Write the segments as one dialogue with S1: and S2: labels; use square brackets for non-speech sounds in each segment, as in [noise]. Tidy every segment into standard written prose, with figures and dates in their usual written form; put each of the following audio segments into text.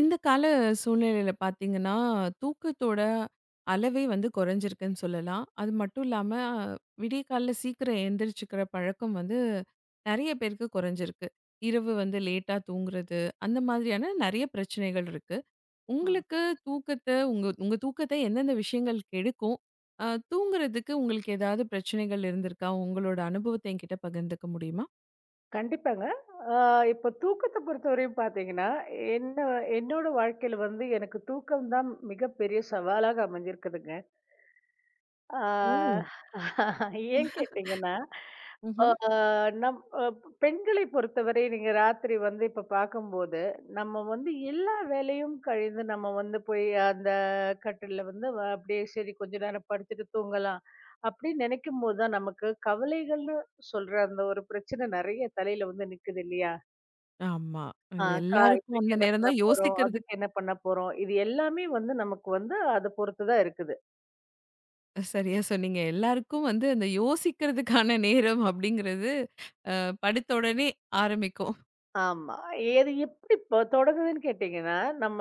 S1: இந்த கால சூழ்நிலையில பார்த்தீங்கன்னா, தூக்கத்தோட அளவே வந்து குறைஞ்சிருக்குன்னு சொல்லலாம். அது மட்டும் இல்லாம, விடிய காலைல சீக்கிரம் எந்திரிச்சுக்கிற பழக்கம் வந்து நெறைய பேருக்கு குறைஞ்சிருக்கு. இரவு வந்து லேட்டா தூங்குறது, அந்த மாதிரியான நெறைய பிரச்சனைகள் இருக்கு.
S2: ம்.
S1: உங்களுக்கு தூக்கத்த உங்க உங்க தூக்கத்த எந்தெந்த விஷயங்கள் கெடுக்கும்? அ தூங்குறதுக்கு உங்களுக்கு ஏதாவது பிரச்சனைகள் இருந்திருக்கா? உங்களோட அனுபவத்த என்கிட்ட பகிர்ந்துக்க முடியுமா?
S2: கண்டிப்பாங்க. ஆ இப்போ தூக்கத்த பொறுத்தவரையும் பார்த்தீங்கன்னா, என்ன என்னோட வாழ்க்கையில வந்து எனக்கு தூக்கம் தான் மிகப்பெரிய சவாலாக அமைஞ்சிருக்குதுங்க. ஆ
S1: ஓ!
S2: ஏன் கேட்டீங்கன்னா, அ
S1: ம்ஹ்ம்.
S2: நம் அ பெண்களை பொறுத்தவரை நீங்க ராத்திரி வந்து இப்ப பார்க்கும்போது, நம்ம வந்து எல்லா வேலையும் கழிந்து நம்ம வந்து போய் அந்த கட்டில்ல வந்து அப்படியே சரி கொஞ்ச நேரம் படுத்துட்டு தூங்கலாம். அப்படின்னு நினைக்கும்போது தான் நமக்கு கவலைகள்னு சொல்ற அந்த ஒரு பிரச்சனை நெறைய தலையில வந்து நிக்குது இல்லையா?
S1: ஆமா.
S2: ஆ
S1: அது
S2: கா
S1: எல்லாருக்கும்
S2: இதுக்கு
S1: அந்த
S2: என்ன
S1: நேரம்
S2: பண்ண
S1: தான்
S2: போறோம்?
S1: யோசிக்கிறதுக்கு.
S2: அதுக்கு என்ன பண்ண போறோம்? இது எல்லாமே வந்து நமக்கு வந்து அத பொறுத்து தான் இருக்குது.
S1: சரியா சொன்னீங்க. எல்லாருக்கும் வந்து அந்த யோசிக்கிறதுக்கான நேரம் அப்படிங்கிறது, படுத்த உடனே ஆரம்பிக்கும்.
S2: ஆமா. எது எப்படி இப்ப தொடங்குதுன்னு கேட்டீங்கன்னா, நம்ம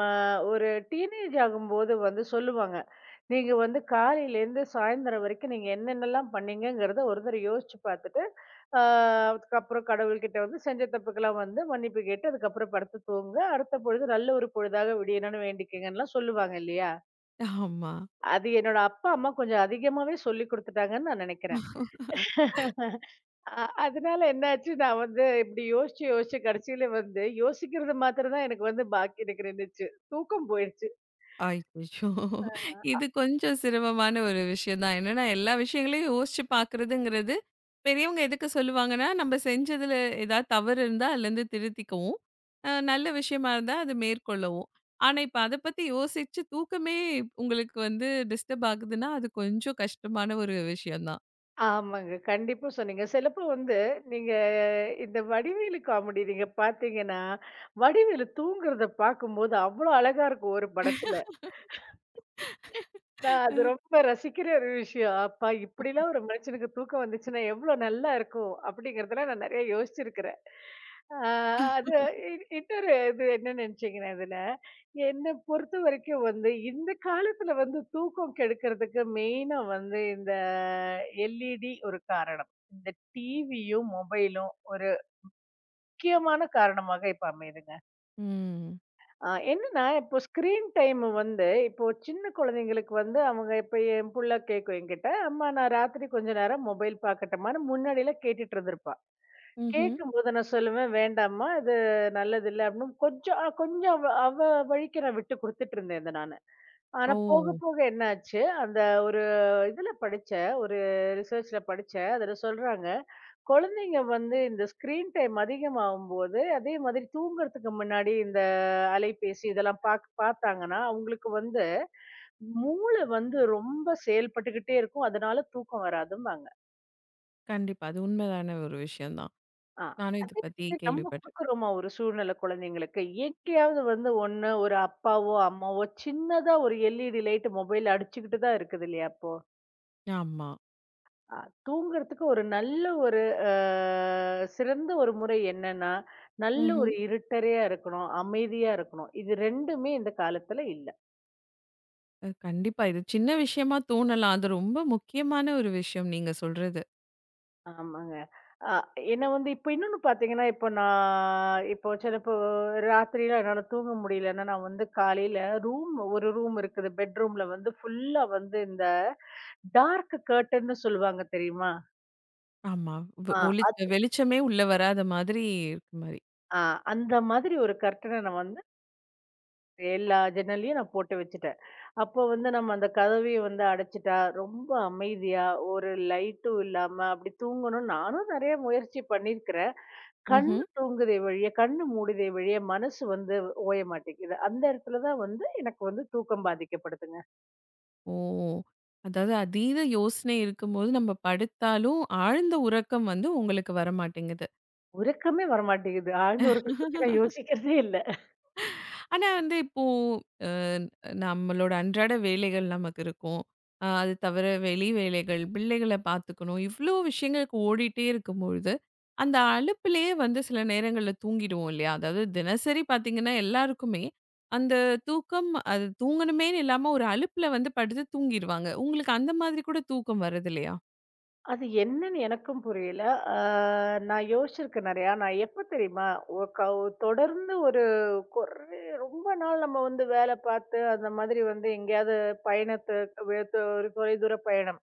S2: ஒரு டீனேஜ் ஆகும்போது வந்து சொல்லுவாங்க. நீங்க வந்து காலையிலேருந்து சாயந்தரம் வரைக்கும் நீங்க என்னென்னலாம் பண்ணீங்கங்கிறத ஒரு தடவ யோசிச்சு பார்த்துட்டு, ஆ அதுக்கப்புறம் கடவுள்கிட்ட வந்து செஞ்ச தப்புக்கெல்லாம் வந்து மன்னிப்பு கேட்டு, அதுக்கப்புறம் படுத்து தூங்குங்க. அடுத்த பொழுது நல்ல ஒரு பொழுதாக விடியணும்னு வேண்டிக்கங்கன்னுலாம் சொல்லுவாங்க இல்லையா?
S1: ஆமா.
S2: அது என்னோட அப்பா, அம்மா கொஞ்சம் அதிகமாவே சொல்லிக் குடுத்துட்டாங்கன்னு நான் நெனைக்கிறேன். அதனால என்னாச்சு, நான் வந்து இப்படி யோசிச்சு, யோசிச்சு கடைசியில வந்து யோசிக்கிறது மாத்திரம் தான் எனக்கு வந்து பாக்கி எனக்கு இருந்துச்சு. தூக்கம் போயிருச்சு.
S1: அய்யய்யோ! இது கொஞ்சம் சிரமமான ஒரு விஷயம் தான். என்னன்னா, எல்லா விஷயங்களையும் யோசிச்சு பார்க்குறதுங்கிறது, பெரியவங்க எதுக்கு சொல்லுவாங்கன்னா, நம்ம செஞ்சதுல ஏதாவது தவறு இருந்தா அதுலேருந்து திருத்திக்கவும், நல்ல விஷயமா இருந்தா அது மேற்கொள்ளவும். ஆனா, இப்ப அத பத்தி யோசிச்சு தூக்கமே உங்களுக்கு வந்து டிஸ்டர்ப் ஆகுதுன்னா, அது கொஞ்சம் கஷ்டமான ஒரு விஷயம் தான்.
S2: ஆமாங்க. கண்டிப்பா சொன்னீங்க. சிலப்போ வந்து நீங்க இந்த வடிவேலு காமெடி நீங்க பாத்தீங்கன்னா, வடிவேலு தூங்குறத பாக்கும்போது அவ்வளோ அழகா இருக்கும் ஒரு
S1: அ.
S2: படத்துல. நான் அது
S1: [laughs]
S2: ரொம்ப ரசிக்கிற ஒரு விஷயம். அப்பா இப்படிலாம் ஒரு மனுஷனுக்கு தூக்கம் வந்துச்சுன்னா, எவ்ளோ நல்லா இருக்கும் அப்படிங்கிறதெல்லாம் நான் நெறைய யோசிச்சிருக்கிறேன். ஆ அது இ இன்னொரு இது என்ன நினைச்சீங்கன்னா இதுல, என்ன பொறுத்தவரைக்கும் வந்து இந்த காலத்துல வந்து தூக்கம் கெடுக்கிறதுக்கு மெயினா வந்து இந்த எல்இடி ஒரு காரணம். இந்த டிவியும், மொபைலும் ஒரு முக்கியமான காரணமாக இப்ப அமையுதுங்க.
S1: ம்.
S2: என்னன்னா, இப்போ ஸ்க்ரீன் டைம் வந்து இப்போ சின்ன குழந்தைங்களுக்கு வந்து அவங்க இப்ப என் புள்ள கேட்கும் என்கிட்ட, "அம்மா நான் ராத்திரி கொஞ்ச நேரம் மொபைல் பார்க்கட்டுமான்னு" முன்னாடிலாம் கேட்டுட்டு இருந்திருப்பா.
S1: ம்ஹ்ம்.
S2: கேட்கும்போது நான் சொல்லுவேன், "வேண்டாம்மா இது நல்லதில்ல" அப்படின்னு கொஞ்சம் கொஞ்சம் அவ அவ வழிக்கு நான் விட்டு குடுத்துட்டு இருந்தேன் இத நானு.
S1: ஓ!
S2: ஆனா போக போக என்னாச்சு, அந்த ஒரு இதுல படிச்சேன், ஒரு ரிசர்ச்ல படிச்சேன். அதுல சொல்றாங்க குழந்தைங்க வந்து இந்த ஸ்கிரீன் டைம் அதிகமாகும்போது, அதே மாதிரி தூங்குறதுக்கு முன்னாடி இந்த அலைபேசி இதெல்லாம் பார்த்தாங்கன்னா, அவங்களுக்கு வந்து மூளை வந்து ரொம்ப செயல்பட்டுக்கிட்டே இருக்கும். அதனால தூக்கம் வராதும்பாங்க.
S1: கண்டிப்பா. அது உண்மையான ஒரு விஷயம் தான்.
S2: ஆ.
S1: நானும் இத
S2: அதே
S1: பத்தி
S2: மாதிரி நம்ம
S1: கேள்விப்பட்டிருக்கேன்.
S2: குடுக்குறோமா ஒரு சூழ்நிலை குழந்தைங்களுக்கு? எங்கேயாவது வந்து ஒண்ணு ஒரு அப்பாவோ, அம்மாவோ சின்னதா ஒரு எல்இடி லைட் மொபைல்ல அடிச்சுக்கிட்டு தான் இருக்குது இல்லையா இப்போ?
S1: ஆமா.
S2: அ தூங்குறதுக்கு ஒரு நல்ல ஒரு அ சிறந்த ஒரு முறை என்னன்னா, நல்ல ஒரு
S1: ம்ஹ்ம்.
S2: இருட்டறையா இருக்கணும், அமைதியா இருக்கணும். இது 2மே இந்த காலத்துல இல்ல.
S1: கண்டிப்பா. இது சின்ன விஷயமா தோணலாம். அது ரொம்ப முக்கியமான ஒரு விஷயம் நீங்க சொல்றது.
S2: ஆமாங்க. அ என்ன வந்து இப்ப இன்னொன்னு பார்த்தீங்கன்னா, இப்ப நான் இப்போ சிலப்போ ராத்திரிலாம் என்னால தூங்க முடியலன்னா, நான் வந்து காலையில ஒரு ரூம் இருக்குது. பெட்ரூம்ல வந்து ஃபுல்லா வந்து இந்த டார்க் கர்டன்னு சொல்லுவாங்க தெரியுமா?
S1: ஆமா.
S2: ஆ
S1: ஒளி
S2: அத்
S1: வெளிச்சமே உள்ள வராத மாதிரி இருக்கு மாரி.
S2: ஆ அந்த மாதிரி ஒரு கர்டன நான் வந்து எல்லா ஜன்னலையும் நான் போட்டு வச்சுட்டேன். அப்போ வந்து நம்ம அந்த கதவையும் வந்து அடைச்சுட்டா, ரொம்ப அமைதியா ஒரு லைட்டும் இல்லாம அப்படி தூங்கணும்னு நானும் நெறைய முயற்சி பண்ணியிருக்கிறேன். கண்ணு
S1: ம்ஹ்ம்.
S2: தூங்குதே வழிய, கண்ணு மூடுதே வழிய மனசு வந்து ஓய மாட்டேங்குது. அந்த இடத்துல தான் வந்து எனக்கு வந்து தூக்கம் பாதிக்கப்படுதுங்க.
S1: ஓ! அதாவது அதீத யோசனை இருக்கும்போது நம்ம படுத்தாலும், ஆழ்ந்த உறக்கம் வந்து உங்களுக்கு வரமாட்டேங்குது.
S2: உறக்கமே வரமாட்டேங்குது. ஆழ்ந்த உறக்கத்த பத்தி நான் யோசிக்கிறதே இல்ல.
S1: ஆனா வந்து இப்போ அ நம்மளோட அன்றாட வேலைகள் நமக்கு இருக்கும். அது தவிர வெளி வேலைகள், பிள்ளைகள பார்த்துக்கணும். இவ்ளோ விஷயங்களுக்கு ஓடிட்டே இருக்கும்பொழுது, அந்த அலுப்புலயே வந்து சில நேரங்கள்ல தூங்கிடுவோம் இல்லையா? அதாவது தினசரி பார்த்தீங்கன்னா, எல்லாருக்குமே அந்த தூக்கம் அது தூங்கணுமேன்னு இல்லாம ஒரு அலுப்புல வந்து படுத்து தூங்கிருவாங்க. உங்களுக்கு அந்த மாதிரி கூட தூக்கம் வரதில்லையா?
S2: அது என்னன்னு எனக்கும் புரியல. ஆ நான் யோசிச்சிருக்கேன் நெறையா. நான் எப்ப தெரியுமா? ஒ கவ் தொடர்ந்து ஒரு கொர் ரொம்ப நாள் நம்ம வந்து வேலை பார்த்து அந்த மாதிரி வந்து எங்கேயாவது பயணத்தை ஒரு தொலைதூர பயணம்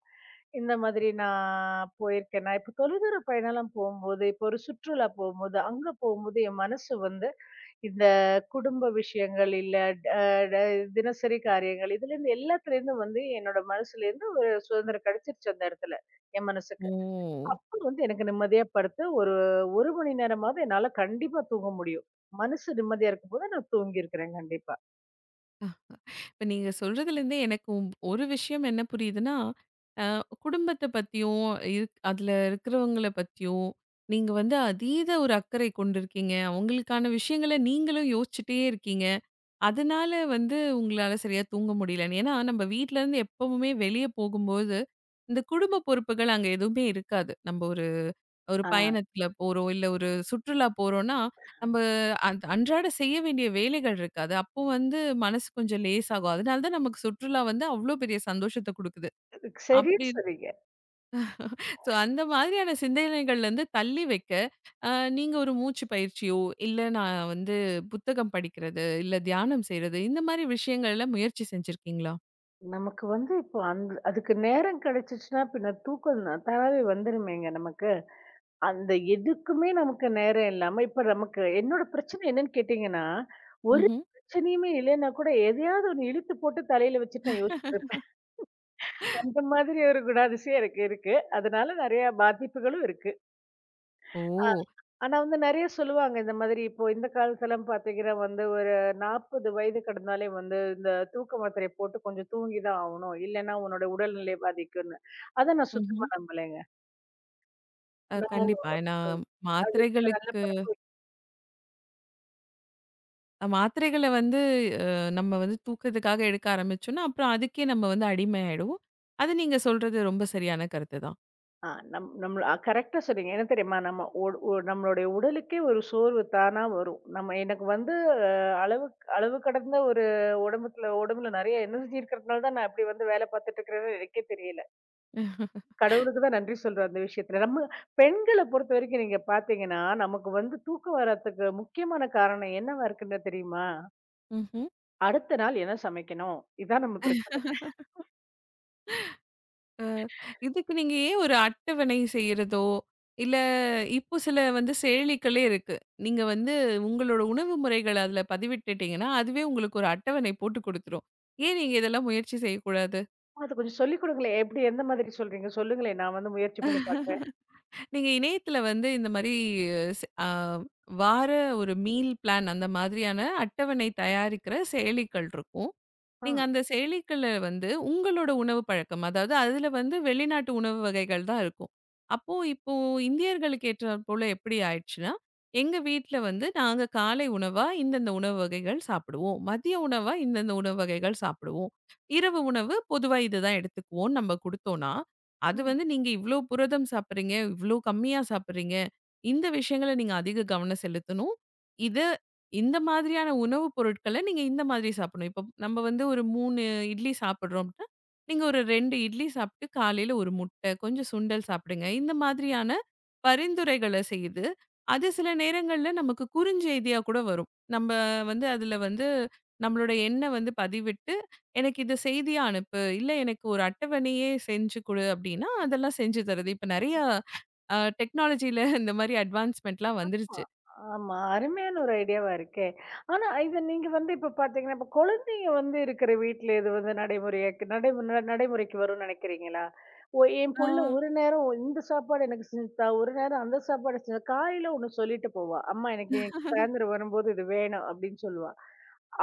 S2: இந்த மாதிரி நான் போயிருக்கேன் நான் இப்ப தொலைதூர பயணம்லாம் போகும்போது இப்போ ஒரு சுற்றுலா போகும்போது அங்க போகும்போது என் மனசு வந்து இந்த குடும்ப விஷயங்கள் இல்ல ட- ட- தினசரி காரியங்கள் இதுல இருந்து எல்லாத்துல இருந்து வந்து என்னோட மனசுல இருந்து ஒரு சுதந்திரம் கிடைச்சிருச்சு அந்த இடத்துல என்
S1: ஓ!
S2: மனசுக்கு. அப்ப வந்து எனக்கு நிம்மதியா படுத்து ஒரு ஒரு மணி நேரமாவது என்னால கண்டிப்பா தூங்க முடியும். மனசு நிம்மதியா இருக்கும் போது நான் தூங்கி இருக்கிறேன் கண்டிப்பா.
S1: இப்ப நீங்க சொல்றதுலேருந்தே எனக்கு ஒரு விஷயம் என்ன புரியுதுன்னா குடும்பத்தை பத்தியும் அதுல இருக்கிறவங்களை பத்தியும் நீங்க வந்து அதீத ஒரு அக்கறை கொண்டிருக்கீங்க. அவங்களுக்கான விஷயங்களை நீங்களும் யோசிச்சுட்டே இருக்கீங்க. அதனால வந்து உங்களால சரியா தூங்க முடியலன்னு, ஏன்னா நம்ம வீட்ல இருந்து எப்பவுமே வெளியே போகும்போது இந்த குடும்ப பொறுப்புகள் அங்க எதுவுமே இருக்காது. நம்ம ஒரு ஒரு
S2: ஆ.
S1: பயணத்துல போறோம், இல்ல ஒரு சுற்றுலா போறோம்னா, நம்ம அன்றாட செய்ய வேண்டிய வேலைகள் இருக்காது. அப்போ வந்து மனசு கொஞ்சம் லேசாகும். அதனால தான் நமக்கு சுற்றுலா வந்து அவ்ளோ பெரிய சந்தோஷத்த குடுக்குது.
S2: அதுக்கு சரியா
S1: அப்படி
S2: சொன்னீங்க.
S1: சோ அந்த மாதிரியான சிந்தனைகள்லருந்து தள்ளி வைக்க, அ நீங்க ஒரு மூச்சு பயிற்சியோ, இல்ல நான் வந்து புத்தகம் படிக்கிறது, இல்ல தியானம் செய்றது, இந்த மாரி விஷயங்கள்ல முயற்சி செஞ்சிருக்கீங்களா?
S2: நமக்கு வந்து இப்போ அந்த அதுக்கு நேரம் கிடைச்சிச்சுன்னா, பின்ன தூக்கம் தானாவே வந்துருமேங்க நமக்கு. அந்த எதுக்குமே நமக்கு நேரம் இல்லாம, இப்ப நமக்கு என்னோட பிரச்சனை என்னன்னு கேட்டீங்கன்னா, ஒரு
S1: ம்ஹ்ம்.
S2: பிரச்சனையுமே இல்லைன்னா கூட எதையாவது ஒண்ணு இழுத்து போட்டு தலையில வச்சுட்டு நான் யோசிச்சிருப்பேன். அந்த மாதிரி ஒரு குணாதிசயம் எனக்கு இருக்கு. அதனால நெறைய பாதிப்புகளும் இருக்கு.
S1: ஓ!
S2: ஆனா வந்து நெறைய சொல்லுவாங்க. இந்த மாதிரி இப்போ இந்த காலத்துலலாம் பார்த்தீங்கன்னா வந்து ஒரு 40 வயது கடந்தாலே வந்து இந்த தூக்க மாத்திரைய போட்டு கொஞ்சம் தூங்கி தான் ஆவணும். இல்லன்னா உன்னோட உடல்நிலை பாதிக்கும்ன்னு. அத நான்
S1: ம்ஹ்ம்.
S2: சுத்தமா நம்பலைங்க. நம்ம
S1: கண்டிப்பா. ஏன்னா
S2: அது ஒரு நல்ல
S1: மாத்திரைகளுக்கு
S2: பழக்கம்.
S1: மாத்திரைகள வந்து அ நம்ம வந்து தூக்கத்துக்காக எடுக்க ஆரம்பிச்சோம்னா, அப்புறம் அதுக்கே நம்ம வந்து அடிமை ஆயிடுவோம். அது நீங்க சொல்றது ரொம்ப சரியான கருத்து தான்.
S2: ஆ நம் நம்மள கரெக்ட்டா சொன்னீங்க. என்ன தெரியுமா? நம்ம உ உ நம்மளுடைய உடலுக்கே ஒரு சோர்வு தானா வரும். நம்ம எனக்கு வந்து அ அளவுக்கு அளவு கடந்த ஒரு உடம்புல உடம்புல நெறைய எனர்ஜி இருக்கிறதுனால தான் நான் இப்படி வந்து வேல பார்த்துட்டு இருக்கிறேன்னு எனக்கே தெரியல. கடவுளுக்கு தான் நன்றி சொல்றோம் அந்த விஷயத்துல. நம்ம பெண்கள பொறுத்தவரைக்கும் நீங்க பார்த்தீங்கன்னா, நமக்கு வந்து தூக்கம் வராததுக்கு முக்கியமான காரணம் என்னவா இருக்குன்னு தெரியுமா?
S1: ம்ஹ்ம்.
S2: அடுத்த நாள் என்ன சமைக்கணும்? இதான் நம்ம பிரச்சனை.
S1: அ இதுக்கு நீங்க ஏன் ஒரு அட்டவணை செய்றதோ, இல்ல இப்போ சில வந்து செயலிகளே இருக்கு. நீங்க வந்து உங்களோட உணவு முறைகள அதில பதிவிட்டுட்டீங்கன்னா, அதுவே உங்களுக்கு ஒரு அட்டவணை போட்டு குடுத்துரும். ஏன் நீங்க இதெல்லாம் முயற்சி செய்யக்கூடாது?
S2: அது கொஞ்சம் சொல்லிக் குடுங்களேன். எப்படி எந்த மாதிரி சொல்றீங்க? சொல்லுங்களேன். நான் வந்து முயற்சி பண்ணி பார்க்குறேன்.
S1: நீங்க இணையத்துல வந்து இந்த மாரி ஸ் அ வார ஒரு மீல் பிளான் அந்த மாதிரியான அட்டவணை தயாரிக்கிற செயலிகள் இருக்கும்.
S2: ஆ.
S1: நீங்க அந்த செயலிகள்ல வந்து உங்களோட உணவு பழக்கம், அதாவது அதுல வந்து வெளிநாட்டு உணவு வகைகள் தான் இருக்கும். அப்போ இப்போ இந்தியர்களுக்கு ஏற்றாற் போல எப்படி ஆயிடுச்சுன்னா, எங்க வீட்ல வந்து நாங்க காலை உணவா இந்தந்த உணவு வகைகள் சாப்பிடுவோம். மதிய உணவா இந்தந்த உணவு வகைகள் சாப்பிடுவோம். இரவு உணவு பொதுவா இதுதான் எடுத்துக்குவோம்னு நம்ம குடுத்தோம்னா அது வந்து நீங்க இவ்ளோ புரதம் சாப்பிடுறீங்க, இவ்ளோ கம்மியா சாப்பிடுறீங்க. இந்த விஷயங்கள நீங்க அதிக கவனம் செலுத்தணும். இத இந்த மாதிரியான உணவுப் பொருட்கள நீங்க இந்த மாதிரி சாப்பிடணும். இப்போ நம்ம வந்து ஒரு 3 இட்லி சாப்பிடுறோம் அப்படின்னா, நீங்க ஒரு 2 இட்லி சாப்பிட்டு காலையில ஒரு முட்டை, கொஞ்சம் சுண்டல் சாப்பிடுங்க. இந்த மாதிரியான பரிந்துரைகள செய்யுது. அது சில நேரங்கள்ல நமக்கு குறுஞ்செய்தியா கூட வரும். நம்ம வந்து அதுல வந்து நம்மளோட எண்ண வந்து பதிவிட்டு எனக்கு இது செய்தியா அனுப்பு, இல்ல எனக்கு ஒரு அட்டவணையே செஞ்சு குடு அப்படின்னா, அதெல்லாம் செஞ்சு தர்றது. இப்ப நெறையா டெக்னாலஜில இந்த மாரி அட்வான்ஸ்மென்ட்லாம்
S2: ஆ
S1: வந்துருச்சு.
S2: ஆமா. அருமையான ஒரு ஐடியாவா இருக்கே! ஆனா, இத நீங்க வந்து இப்ப பார்த்தீங்கன்னா, இப்ப குழந்தைங்க வந்து இருக்கிற வீட்ல இது வந்து நடைமுறையாக்கு நடைமு ந நடைமுறைக்கு வரும்னு நினைக்கிறீங்களா? ஒ என்
S1: ஆ.
S2: புள்ள ஒரு நேரம் இந்த சாப்பாடு எனக்கு செஞ்சு தா, ஒரு நேரம் அந்த சாப்பாடு செஞ்சு காலையில ஒண்ணு சொல்லிட்டு போவா. அம்மா எனக்கு இன்னைக்கு சாயந்தரம் வரும்போது இது வேணும் அப்படின்னு சொல்லுவா.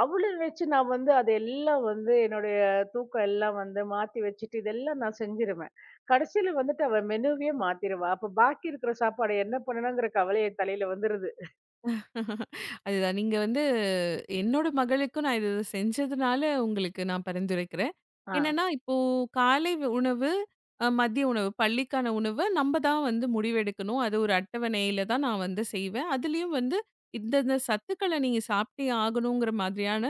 S2: அவள வச்சு நான் வந்து அதெல்லாம் வந்து என்னுடைய தூக்கம் எல்லாம் வந்து மாத்தி வச்சுட்டு, இதெல்லாம் நான் செஞ்சுருவேன். கடைசியில வந்துட்டு அவ மெனுவே மாத்திருவா. அப்ப பாக்கி இருக்கிற சாப்பாடு என்ன பண்ணணுங்கிற கவலை என் தலையில வந்துருது.
S1: அதுதான். நீங்க வந்து என்னோட மகளுக்கும் நான் இது செஞ்சதுனால உங்களுக்கு நான் பரிந்துரைக்கிறேன்.
S2: ஆ.
S1: என்னன்னா, இப்போ உணவு, மதிய உணவு, பள்ளிக்கான உணவ நம்ம தான் வந்து முடிவெடுக்கணும். அது ஒரு அட்டவணையில தான் நான் வந்து செய்வேன். அதுலயும் வந்து இந்த இந்த சத்துக்கள நீங்க சாப்பிட்டே ஆகணுங்கிற மாதிரியான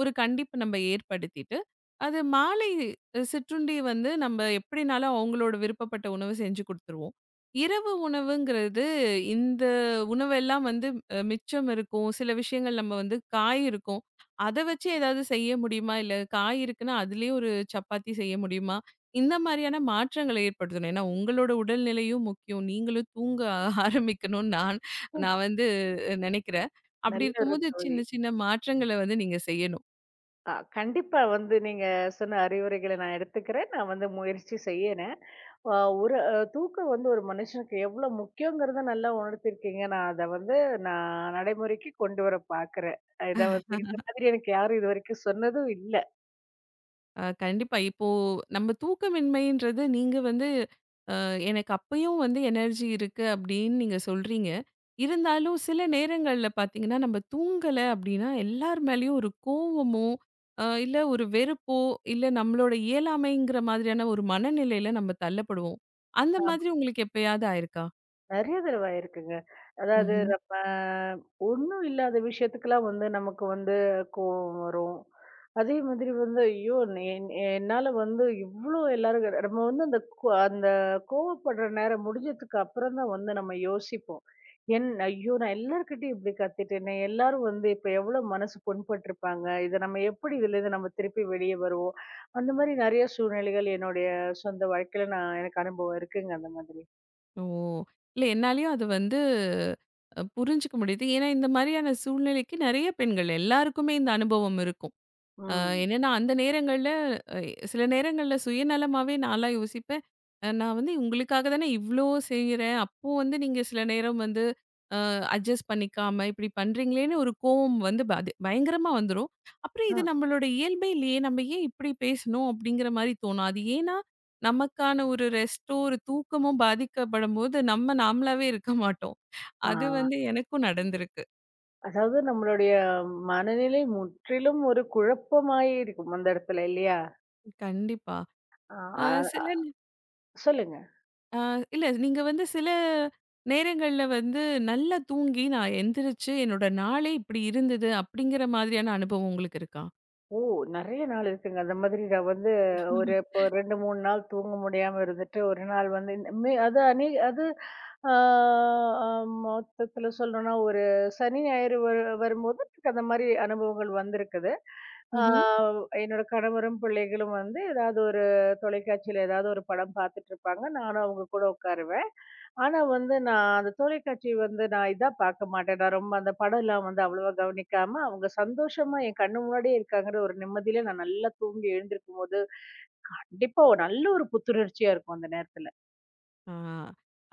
S1: ஒரு கண்டிப்பு நம்ம ஏற்படுத்திட்டு, அது மாலை சிற்றுண்டி வந்து நம்ம எப்படினாலும் அவங்களோட விருப்பப்பட்ட உணவு செஞ்சு குடுத்துருவோம். இரவு உணவுங்கிறது இந்த உணவெல்லாம் வந்து மிச்சம் இருக்கும். சில விஷயங்கள் நம்ம வந்து காய் இருக்கும். அத வச்சு ஏதாவது செய்ய முடியுமா? இல்ல காய் இருக்குன்னா, அதிலேயே ஒரு சப்பாத்தி செய்ய முடியுமா? இந்த மாரியான மாற்றங்களை ஏற்படுத்தணும். ஏன்னா, உங்களோட உடல்நிலையும் முக்கியம். நீங்களும் தூங்க [laughs] ஆரம்பிக்கணும்னு நான்
S2: ம்.
S1: நான் வந்து நெனைக்கிறேன். அப்படி
S2: நல்ல ஒரு
S1: இருக்கும்போது
S2: தோழி.
S1: சின்ன சின்ன மாற்றங்கள வந்து நீங்க செய்யணும்.
S2: கண்டிப்பா வந்து நீங்க சொன்ன அறிவுரைகள நான் எடுத்துக்கிறேன். நான் வந்து முயற்சி செய்யறேன். அ ஒரு அ தூக்கம் வந்து ஒரு மனுஷனுக்கு எவ்ளோ முக்கியங்கிறத நல்லா உணர்த்தியிருக்கீங்க. நான் அத வந்து நான் நடைமுறைக்கு கொண்டு வர பாக்குறேன். இத வந்து இந்த மாதிரி எனக்கு யாரும் இதுவரைக்கும் சொன்னதும் இல்ல.
S1: கண்டிப்பா. இப்போ நம்ம தூக்கமின்மைன்றது நீங்க வந்து எனக்கு அப்பயும் வந்து எனர்ஜி இருக்கு அப்படின்னு நீங்க சொல்றீங்க. இருந்தாலும் சில நேரங்கள்ல பார்த்தீங்கன்னா, நம்ம தூங்கல அப்படின்னா எல்லார் மேலயும் ஒரு கோவமோ, இல்ல ஒரு வெறுப்போ, இல்ல நம்மளோட இயலாமைங்கிற மாதிரியான ஒரு மனநிலையில நம்ம தள்ளப்படுவோம். அந்த மாதிரி உங்களுக்கு எப்பயாவது ஆயிருக்கா?
S2: நெறைய தடவ ஆயிருக்குங்க. அதாவது
S1: ம்ஹ்ம்.
S2: நம்ம ஒண்ணும் இல்லாத விஷயத்துக்கெல்லாம் வந்து நமக்கு வந்து கோவம் வரும். அதே மாதிரி வந்து ஐயோ! என்னால வந்து இவ்ளோ எல்லாரும் நம்ம வந்து அந்த கோவப்படுற நேரம் முடிஞ்சதுக்கு அப்புறம் தான் வந்து நம்ம யோசிப்போம். என் ஐயோ! நான் எல்லார்கிட்டயும் இப்படி கத்திட்டேனே! எல்லாரும் வந்து இப்ப எவ்ளோ மனசு புண்பட்டுருப்பாங்க. இத நம்ம எப்படி இதுலேருந்து நம்ம திருப்பி வெளிய வருவோம்? அந்த மாரி நெறைய சூழ்நிலைகள் என்னுடைய சொந்த வாழ்க்கையில நான் எனக்கு அனுபவம் இருக்குங்க அந்த மாதிரி.
S1: ஓ! இல்ல என்னாலயும் அது வந்து புரிஞ்சுக்க முடியுது. ஏன்னா இந்த மாதிரியான சூழ்நிலைக்கு நெறைய பெண்கள் எல்லாருக்குமே இந்த அனுபவம் இருக்கும். அ என்னன்னா, அந்த நேரங்கள்ல அ சில நேரங்கள்ல சுயநலமாவே நான்லாம் யோசிப்பேன். நான் வந்து உங்களுக்காக தானே இவ்ளோ செய்றேன். அப்போ வந்து நீங்க சில நேரம் வந்து அ அட்ஜஸ்ட் பண்ணிக்காம இப்டி பண்றீங்களேன்னு ஒரு கோவம் வந்து பயங்கரமா வந்துரும். அப்புறம் இது
S2: ம்.
S1: நம்மளோட இயல்பே இல்லையே! நம்ம ஏன் இப்டி பேசணும்? அப்டிங்கிற மாரி தோணும். அது ஏன்னா, நமக்கான ஒரு ரெஸ்ட்டோ, ஒரு தூக்கமும் பாதிக்கப்படும்போது நம்ம நாமளாவே இருக்க மாட்டோம்.
S2: ஆ,
S1: அது வந்து எனக்கும் நடந்திருக்கு.
S2: அதாவது நம்மளுடைய மனநிலை முற்றிலும் ஒரு குழப்பமாயே இருக்கும் அந்த இடத்துல இல்லையா?
S1: கண்டிப்பா.
S2: ஆ,
S1: அ சில
S2: அ சொல்லுங்க.
S1: ஆ, இல்ல நீங்க வந்து சில நேரங்கள்ல வந்து நல்லா தூங்கி, நான் எந்திரிச்சு என்னோட நாளே இப்டி இருந்தது அப்டிங்கிற மாதிரியான அனுபவம் உங்களுக்கு இருக்கா?
S2: ஓ! நெறைய நாள் இருக்குங்க. அந்த மாதிரி நான் வந்து ஒரு இப்போ 2, 3 நாள் தூங்க முடியாம இருந்துட்டு, ஒரு நாள் வந்து இந்த மே அது அநே அது ஆ, ஆ, மொத்தத்துல சொல்லணும்னா ஒரு சனி, ஞாயிறு வரும்போது எனக்கு அந்த மாரி அனுபவங்கள் வந்திருக்குது. ஆ
S1: ம்ஹ்ம்.
S2: என்னோட கணவரும், பிள்ளைகளும் வந்து ஏதாவது ஒரு தொலைக்காட்சியில ஏதாவது ஒரு படம் பார்த்துட்டுருப்பாங்க. நானும் அவங்க கூட உட்காருவேன். ஆனா வந்து நான் அந்த தொலைக்காட்சி வந்து நான் இதா பார்க்க மாட்டேன். நான் ரொம்ப அந்த படம்லாம் வந்து அவ்வளவா கவனிக்காம, அவங்க சந்தோஷமா என் கண்ணு முன்னாடியே இருக்காங்கற ஒரு நிம்மதியில நான் நல்லா தூங்கி எழுந்திருக்கும்போது, கண்டிப்பா ஒரு நல்ல ஒரு புத்துணர்ச்சியா இருக்கும் அந்த நேரத்துல.
S1: ஆ,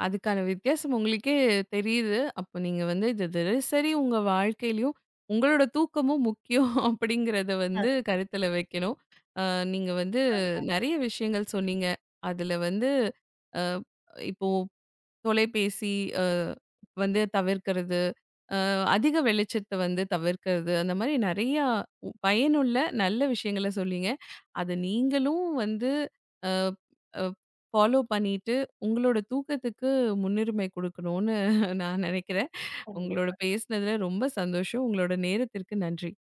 S1: அதுக்கான வித்தியாசம் உங்களுக்கே தெரியுது. அப்போ நீங்க வந்து இது தினசரி உங்க வாழ்க்கையிலயும், உங்களோட தூக்கமும் முக்கியம் [laughs] அப்டிங்கிறத
S2: ஆ,
S1: வந்து கருத்துல வைக்கணும். அ நீங்க வந்து
S2: ஆமா,
S1: நெறைய விஷயங்கள் சொன்னீங்க. அதுல வந்து அ இப்போ தொலைபேசி அ வந்து தவிர்க்கிறது. அதிக வெளிச்சத்தை வந்து தவிர்க்கிறது. அந்த மாதிரி நிறையா பயனுள்ள நல்ல விஷயங்களை சொல்லிங்க. அதை நீங்களும் வந்து ஃபாலோ பண்ணிட்டு உங்களோட தூக்கத்துக்கு முன்னுரிமை கொடுக்கணும்னு நான் நினைக்கிறேன். உங்களோட
S2: கண்டிப்பா.
S1: பேசுனதுல ரொம்ப சந்தோஷம். உங்களோட நேரத்திற்கு நன்றி.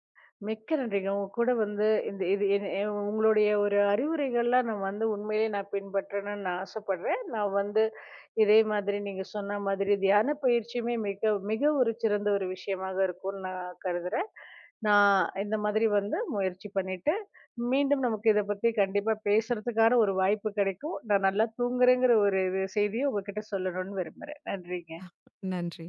S2: மிக்க நன்றிங்க. உங்க கூட வந்து இது என் உங்களுடைய ஒரு அறிவுரைகள்லாம் நான் வந்து உண்மையிலேயே நான் பின்பற்றணும்னு நான் ஆசைப்படுறேன். நான் வந்து இதே மாதிரி நீங்க சொன்ன மாதிரி தியான பயிற்சியுமே மிக மிக ஒரு சிறந்த ஒரு விஷயமாக இருக்கும்னு நான் கருதுறேன். நான் இந்த மாதிரி வந்து முயற்சி பண்ணிட்டு, மீண்டும் நமக்கு இத பத்தி கண்டிப்பா பேசுறதுக்கான ஒரு வாய்ப்பு கிடைக்கும். நான் நல்லா தூங்குறேங்கிற ஒரு இது செய்திய உங்ககிட்ட சொல்லணும்னு விரும்புறேன். நன்றிங்க.
S1: நன்றி.